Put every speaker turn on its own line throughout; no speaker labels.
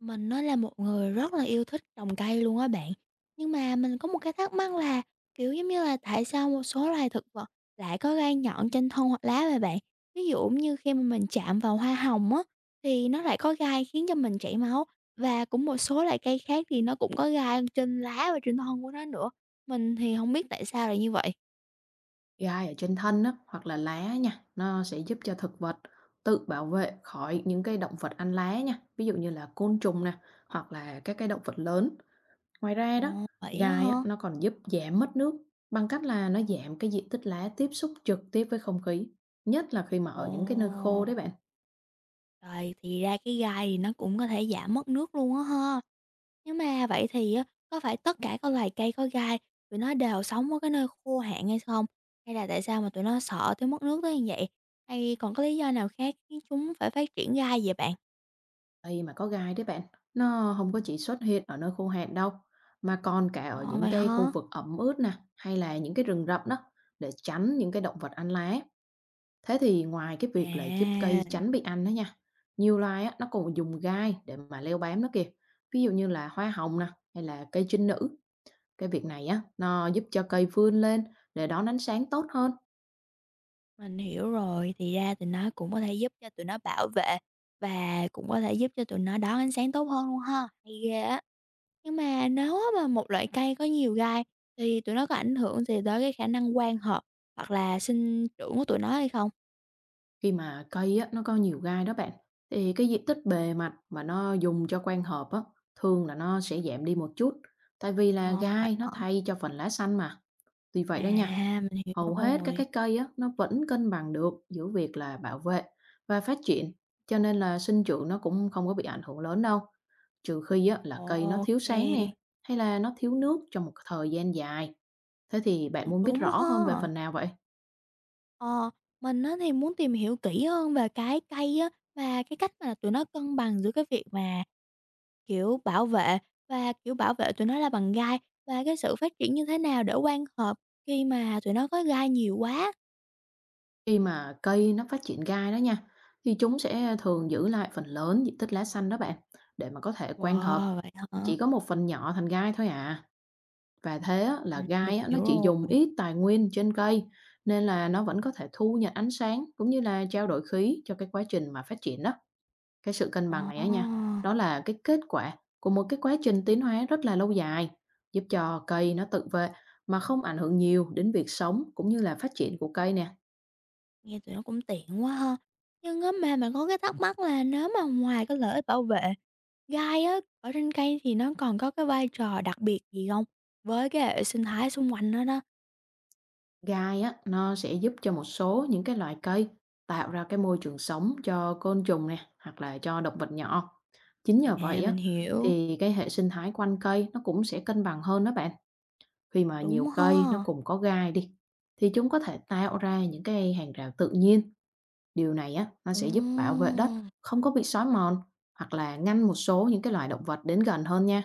Mình á là một người rất là yêu thích trồng cây luôn á bạn. Nhưng mà mình có một cái thắc mắc là, kiểu, giống như là, tại sao một số loài thực vật lại có gai nhọn trên thân hoặc lá vậy bạn? Ví dụ như khi mà mình chạm vào hoa hồng á, thì nó lại có gai khiến cho mình chảy máu, và cũng một số loại cây khác thì nó cũng có gai trên lá và trên thân của nó nữa. Mình thì không biết tại sao lại như vậy.
Gai ở trên thân á, hoặc là lá nha, nó sẽ giúp cho thực vật tự bảo vệ khỏi những cái động vật ăn lá nha, ví dụ như là côn trùng nè, hoặc là các cái động vật lớn. Ngoài ra đó,
Ồ, vậy á
gai á,
hả?
nó còn giúp giảm mất nước bằng cách là nó giảm cái diện tích lá tiếp xúc trực tiếp với không khí, nhất là khi mà
Ồ.
ở những cái nơi khô đấy bạn.
Rồi, thì ra cái gai thì nó cũng có thể giảm mất nước luôn á ha. Nhưng mà vậy thì á, có phải tất cả các loài cây có gai tụi nó đều sống ở cái nơi khô hạn hay không? Hay là tại sao mà tụi nó sợ tới mất nước tới như vậy? Hay còn có lý do nào khác khiến chúng phải phát triển gai vậy bạn?
Đây mà có gai đấy bạn, nó không có chỉ xuất hiện ở nơi khô hạn đâu, mà còn cả ở
Ờ
những
vậy
cái khu
hả?
vực ẩm ướt nè, hay là những cái rừng rậm đó, để tránh những cái động vật ăn lá. Thế thì ngoài cái việc là giúp
À,
cây tránh bị ăn đó nha, nhiều loài á, nó còn dùng gai để mà leo bám nó kìa. Ví dụ như là hoa hồng nè, hay là cây trinh nữ. Cái việc này á, nó giúp cho cây vươn lên để đón ánh sáng tốt hơn.
mình hiểu rồi. Thì ra tụi nó cũng có thể giúp cho tụi nó bảo vệ và cũng có thể giúp cho tụi nó đón ánh sáng tốt hơn luôn ha. Hay ghê á. Nhưng mà nếu á mà một loại cây có nhiều gai thì tụi nó có ảnh hưởng gì tới cái khả năng quang hợp hoặc là sinh trưởng của tụi nó hay không?
Khi mà cây á, nó có nhiều gai đó bạn, thì cái diện tích bề mặt mà nó dùng cho quang hợp á, thường là nó sẽ giảm đi một chút, tại vì là
Ờ, vậy
gai nó
hả?
thay cho phần lá xanh mà. Tuy
À,
vậy đó nha,
mình hiểu
hầu hết các cái
rồi.
cây á, nó vẫn cân bằng được giữa việc là bảo vệ và phát triển, cho nên là sinh trưởng nó cũng không có bị ảnh hưởng lớn đâu. Trừ khi á, là cây nó thiếu sáng nè,
OK,
hay là nó thiếu nước trong một thời gian dài. Thế thì bạn
cũng
muốn biết
đúng
rõ
ha.
hơn về phần nào vậy?
Ờ, mình á thì muốn tìm hiểu kỹ hơn về cái cây á và cái cách mà tụi nó cân bằng giữa cái việc mà, kiểu, bảo vệ và, kiểu, bảo vệ tụi nó là bằng gai và cái sự phát triển như thế nào để quang hợp khi mà tụi nó có gai nhiều quá.
Khi mà cây nó phát triển gai đó nha, thì chúng sẽ thường giữ lại phần lớn diện tích lá xanh đó bạn, để mà có thể quang hợp.
Wow, vậy hả?
Chỉ có một phần nhỏ thành gai thôi à. Và thế á, là
Mình
gai á, nó
hiểu
chỉ dùng
rồi.
ít tài nguyên trên cây, nên là nó vẫn có thể thu nhận ánh sáng cũng như là trao đổi khí cho cái quá trình mà phát triển đó. Cái sự cân
Ờ,
bằng này á nha, đó là cái kết quả của một cái quá trình tiến hóa rất là lâu dài, giúp cho cây nó tự vệ mà không ảnh hưởng nhiều đến việc sống cũng như là phát triển của cây nè.
nghe tụi nó cũng tiện quá ha. Nhưng á mà mình có cái thắc mắc là nếu mà ngoài cái lợi ích bảo vệ, gai á, ở trên cây thì nó còn có cái vai trò đặc biệt gì không với cái hệ sinh thái xung quanh nó đó.
Gai á, nó sẽ giúp cho một số những cái loại cây tạo ra cái môi trường sống cho côn trùng nè, hoặc là cho động vật nhỏ. Chính
À,
nhờ vậy á,
mình hiểu,
thì cái hệ sinh thái quanh cây nó cũng sẽ cân bằng hơn đó bạn. Khi mà
đúng
nhiều
ha.
cây nó cùng có gai đi, thì chúng có thể tạo ra những cái hàng rào tự nhiên. Điều này á, nó
Ồ,
sẽ giúp bảo vệ đất không có bị xói mòn, hoặc là ngăn một số những cái loài động vật đến gần hơn nha.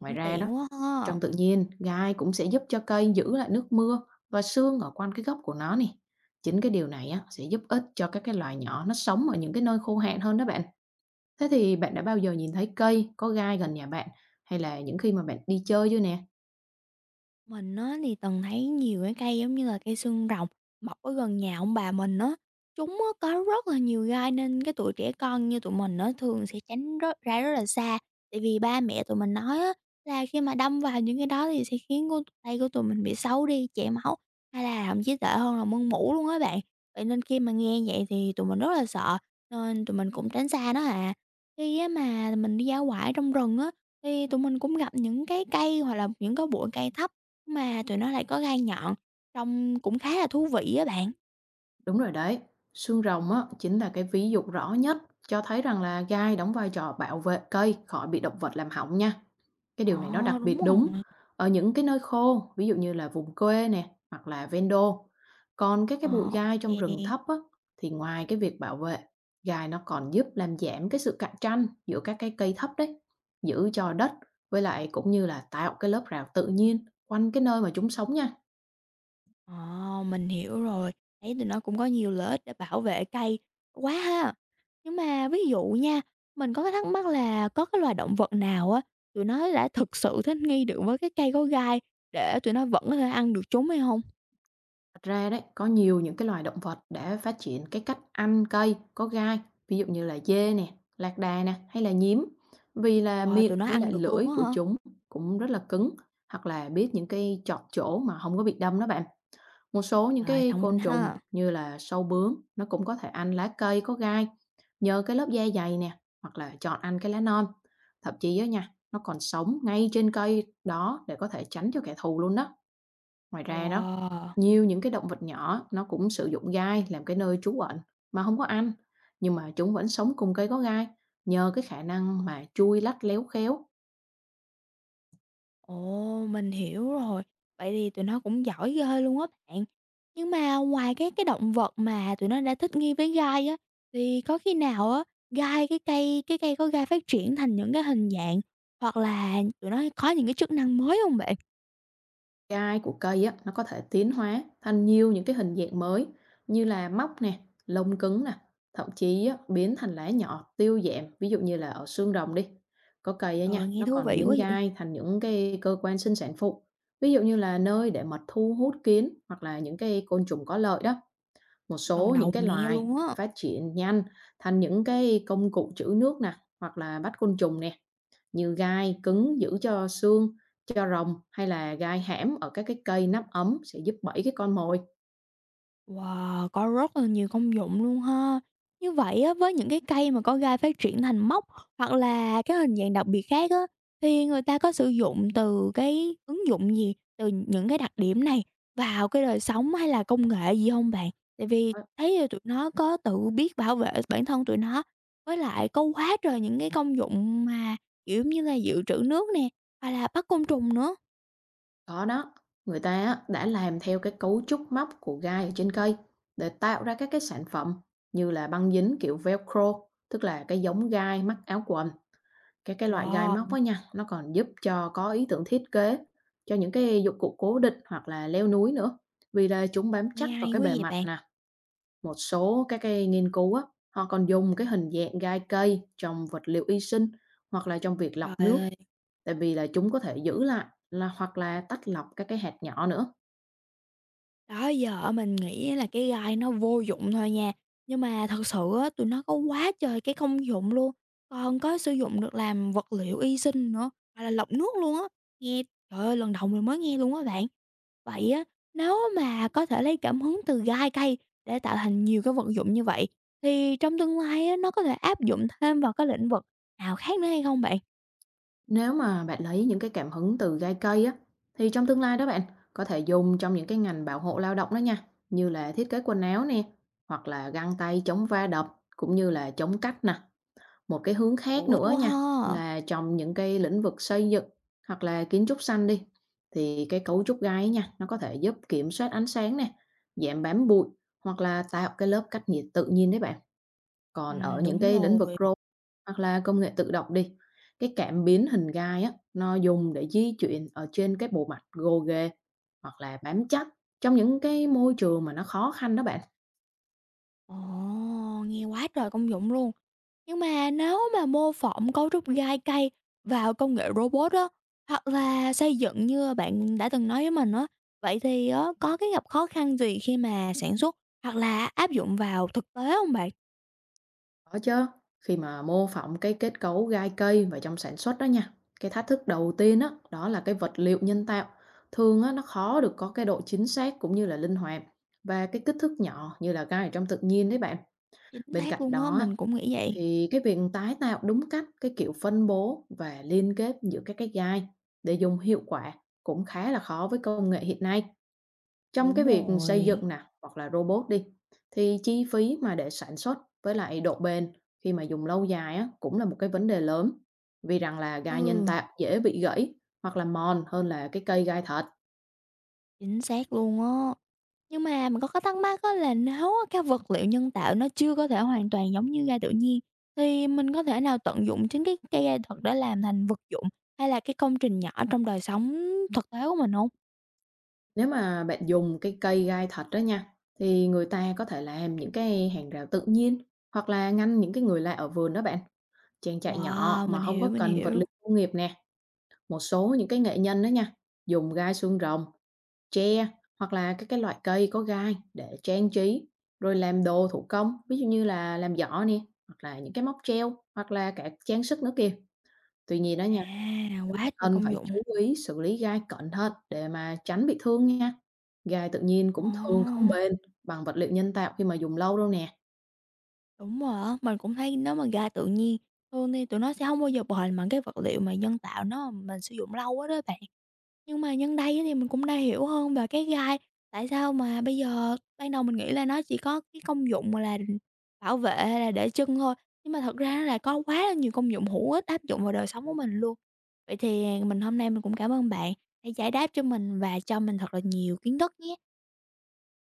Ngoài ra đó,
tiện quá ha.
trong tự nhiên, gai cũng sẽ giúp cho cây giữ lại nước mưa và sương ở quanh cái gốc của nó nè. Chính cái điều này á, sẽ giúp ích cho các cái loài nhỏ nó sống ở những cái nơi khô hạn hơn đó bạn. Thế thì bạn đã bao giờ nhìn thấy cây có gai gần nhà bạn, hay là những khi mà bạn đi chơi chưa nè?
Mình á thì từng thấy nhiều cái cây giống như là cây xương rồng mọc ở gần nhà ông bà mình á. Chúng á có rất là nhiều gai nên cái trẻ con như tụi mình nó thường sẽ tránh ra rất là xa. Tại vì ba mẹ tụi mình nói á là khi mà đâm vào những cái đó thì sẽ khiến tay của tụi mình bị xấu đi, chảy máu hay là thậm chí tệ hơn là mưng mủ luôn á bạn. Vậy nên khi mà nghe vậy thì tụi mình rất là sợ nên tụi mình cũng tránh xa nó à. Khi á mà mình đi dã ngoại trong rừng á thì tụi mình cũng gặp những cái cây hoặc là những cái bụi cây thấp mà tụi nó lại có gai nhọn, trông cũng khá là thú vị á bạn.
Đúng rồi đấy, xương rồng á, chính là cái ví dụ rõ nhất cho thấy rằng là gai đóng vai trò bảo vệ cây khỏi bị động vật làm hỏng nha. Cái
Ờ,
điều này nó đặc
đúng
biệt đúng
rồi,
ở những cái nơi khô, ví dụ như là vùng quê nè, hoặc là ven đô. Còn các cái
ờ,
bụi
ô
gai trong rừng thấp á, thì ngoài cái việc bảo vệ, gai nó còn giúp làm giảm cái sự cạnh tranh giữa các cái cây thấp đấy, giữ cho đất với lại cũng như là tạo cái lớp rào tự nhiên quanh cái nơi mà chúng sống nha.
ờ, mình hiểu rồi, thấy tụi nó cũng có nhiều lợi ích để bảo vệ cây quá ha. Nhưng mà ví dụ nha, mình có cái thắc mắc là có cái loài động vật nào á, tụi nó đã thực sự thích nghi được với cái cây có gai để tụi nó vẫn có thể ăn được chúng hay không?
Thật ra đấy, có nhiều những cái loài động vật để phát triển cái cách ăn cây có gai, ví dụ như là dê nè, lạc đà nè hay là nhím. Vì là
Wow, tụi
miệng
nó
với
ăn
lại
được luôn
lưỡi
á
của
hả?
chúng cũng rất là cứng, hoặc là biết những cái chọt chỗ mà không có bị đâm đó bạn. Một số những
Trời,
cái
thông minh
côn trùng
ha!
như là sâu bướm nó cũng có thể ăn lá cây có gai nhờ cái lớp da dày nè, hoặc là chọn ăn cái lá non. Thậm chí á nha, nó còn sống ngay trên cây đó để có thể tránh cho kẻ thù luôn đó. Ngoài ra đó,
Wow!
nhiều những cái động vật nhỏ nó cũng sử dụng gai làm cái nơi trú ẩn mà không có ăn, nhưng mà chúng vẫn sống cùng cây có gai nhờ cái khả năng mà chui lách léo khéo.
Ồ, mình hiểu rồi. Vậy thì tụi nó cũng giỏi ghê luôn á bạn. Nhưng mà ngoài cái động vật mà tụi nó đã thích nghi với gai á, thì có khi nào á, gai cái cây có gai phát triển thành những cái hình dạng hoặc là tụi nó có những cái chức năng mới không bạn?
Gai của cây á, nó có thể tiến hóa thành nhiều những cái hình dạng mới như là móc nè, lông cứng nè, thậm chí á, biến thành lá nhỏ tiêu giảm, ví dụ như là ở xương rồng đi. Có cây á nha,
Trời, nghe
nó
thú
còn
vị
biến
quá vậy,
gai thành những cái cơ quan sinh sản phụ, ví dụ như là nơi để mật thu hút kiến, hoặc là những cái côn trùng có lợi đó. Một
lần
số những
đầu
cái
mình nghe
loài
luôn á.
phát triển nhanh thành những cái công cụ trữ nước nè, hoặc là bắt côn trùng nè, như gai cứng giữ cho xương, cho rồng, hay là gai hẻm ở các cái cây nắp ấm sẽ giúp bẫy cái con mồi.
Wow, có rất là nhiều công dụng luôn ha. Như vậy á, với những cái cây mà có gai phát triển thành móc hoặc là cái hình dạng đặc biệt khác á, thì người ta có sử dụng từ cái ứng dụng gì, từ những cái đặc điểm này vào cái đời sống hay là công nghệ gì không bạn? Tại vì
Đó,
thấy là tụi nó có tự biết bảo vệ bản thân tụi nó, với lại có quá trời những cái công dụng mà, kiểu, như là dự trữ nước nè, hoặc là bắt côn trùng nữa.
có đó, người ta á, đã làm theo cái cấu trúc móc của gai ở trên cây để tạo ra các cái sản phẩm như là băng dính kiểu Velcro, tức là cái giống gai mắc áo quần. Cái loại gai
Wow,
móc á nha, nó còn giúp cho có ý tưởng thiết kế cho những cái dụng cụ cố định hoặc là leo núi nữa. Vì là chúng bám
nghe
chắc vào
hay
cái
quá
bề
vậy
mặt
bạn.
nè. Một số các cái nghiên cứu á, họ còn dùng cái hình dạng gai cây trong vật liệu y sinh, hoặc là trong việc
Trời
lọc nước.
ơi!
Tại vì là chúng có thể giữ lại là, hoặc là tách lọc các cái hạt nhỏ nữa.
Đó giờ mình nghĩ là cái gai nó vô dụng thôi nha, nhưng mà thật sự á, tụi nó có quá trời cái công dụng luôn, còn có sử dụng được làm vật liệu y sinh nữa, hoặc là lọc nước luôn á. Nghe trời ơi, lần đầu mình mới nghe luôn á bạn. Vậy á, nếu mà có thể lấy cảm hứng từ gai cây để tạo thành nhiều cái vật dụng như vậy, thì trong tương lai á, nó có thể áp dụng thêm vào các lĩnh vực nào khác nữa hay không bạn?
Nếu mà bạn lấy những cái cảm hứng từ gai cây á, thì trong tương lai đó bạn có thể dùng trong những cái ngành bảo hộ lao động đó nha, như là thiết kế quần áo nè, hoặc là găng tay chống va đập, cũng như là chống cách nè. Một cái hướng khác
Hữu ích
nữa
quá
nha,
ha!
là trong những cái lĩnh vực xây dựng hoặc là kiến trúc xanh đi, thì cái cấu trúc gai nha, nó có thể giúp kiểm soát ánh sáng nè, giảm bám bụi, hoặc là tạo cái lớp cách nhiệt tự nhiên đấy bạn. Còn ở những
Đúng
cái lĩnh vực
rồi.
robot hoặc là công nghệ tự động đi, cái cảm biến hình gai á, nó dùng để di chuyển ở trên cái bộ mặt gồ ghề, hoặc là bám chắc trong những cái môi trường mà nó khó khăn đó bạn.
Ồ, nghe quá trời công dụng luôn. Nhưng mà nếu mà mô phỏng cấu trúc gai cây vào công nghệ robot á, hoặc là xây dựng như bạn đã từng nói với mình á, vậy thì á, có cái gặp khó khăn gì khi mà sản xuất hoặc là áp dụng vào thực tế không bạn?
Có chứ, khi mà mô phỏng cái kết cấu gai cây và trong sản xuất đó nha, cái thách thức đầu tiên đó đó là cái vật liệu nhân tạo. Thường á, nó khó được có cái độ chính xác cũng như là linh hoạt và cái kích thước nhỏ như là gai ở trong tự nhiên đấy bạn.
Chính
Bên
xác
cạnh
luôn á,
đó á,
mình cũng nghĩ vậy.
thì cái việc tái tạo đúng cách cái kiểu phân bố và liên kết giữa các cái gai để dùng hiệu quả cũng khá là khó với công nghệ hiện nay. Trong cái
Đúng
việc xây
rồi.
dựng nè, hoặc là robot đi, thì chi phí mà để sản xuất với lại độ bền khi mà dùng lâu dài á, cũng là một cái vấn đề lớn. Vì rằng là gai nhân
Ừ.
tạo dễ bị gãy hoặc là mòn hơn là cái cây gai thật.
Chính xác luôn á. Nhưng mà mình có cái thắc mắc á là nếu á cái vật liệu nhân tạo nó chưa có thể hoàn toàn giống như ga tự nhiên, thì mình có thể nào tận dụng chính cái cây ga thật để làm thành vật dụng hay là cái công trình nhỏ trong đời sống thực tế của mình không?
Nếu mà bạn dùng cái cây gai thật đó nha, thì người ta có thể làm những cái hàng rào tự nhiên hoặc là ngăn những cái người lạ ở vườn đó bạn. Trang trại nhỏ
Wow,
mà
mình
không
hiểu,
có
mình
cần vật
hiểu.
liệu công nghiệp nè, một số những cái nghệ nhân đó nha, dùng gai xương rồng, tre hoặc là các cái loại cây có gai để trang trí, rồi làm đồ thủ công, ví dụ như là làm giỏ nè, hoặc là những cái móc treo, hoặc là cả trang sức nữa kìa. Tuy nhiên đó nha,
À,
chúng ta
quá trời
cần
công
phải
dụng.
chú ý xử lý gai cẩn thận để mà tránh bị thương nha. Gai tự nhiên cũng thường không
Ồ,
bền bằng vật liệu nhân tạo khi mà dùng lâu đâu nè.
đúng rồi á, mình cũng thấy nếu mà ga tự nhiên, thường thì tụi nó sẽ không bao giờ bền bằng cái vật liệu mà nhân tạo nó mà mình sử dụng lâu quá á bạn. Nhưng mà nhân đây á thì mình cũng đã hiểu hơn về cái gai, tại sao mà bây giờ ban đầu mình nghĩ là nó chỉ có cái công dụng, mà là, bảo vệ hay là để chân thôi, nhưng mà thật ra nó là có quá là nhiều công dụng hữu ích áp dụng vào đời sống của mình luôn. Vậy thì hôm nay mình cũng cảm ơn bạn đã giải đáp cho mình và cho mình thật là nhiều kiến thức nhé.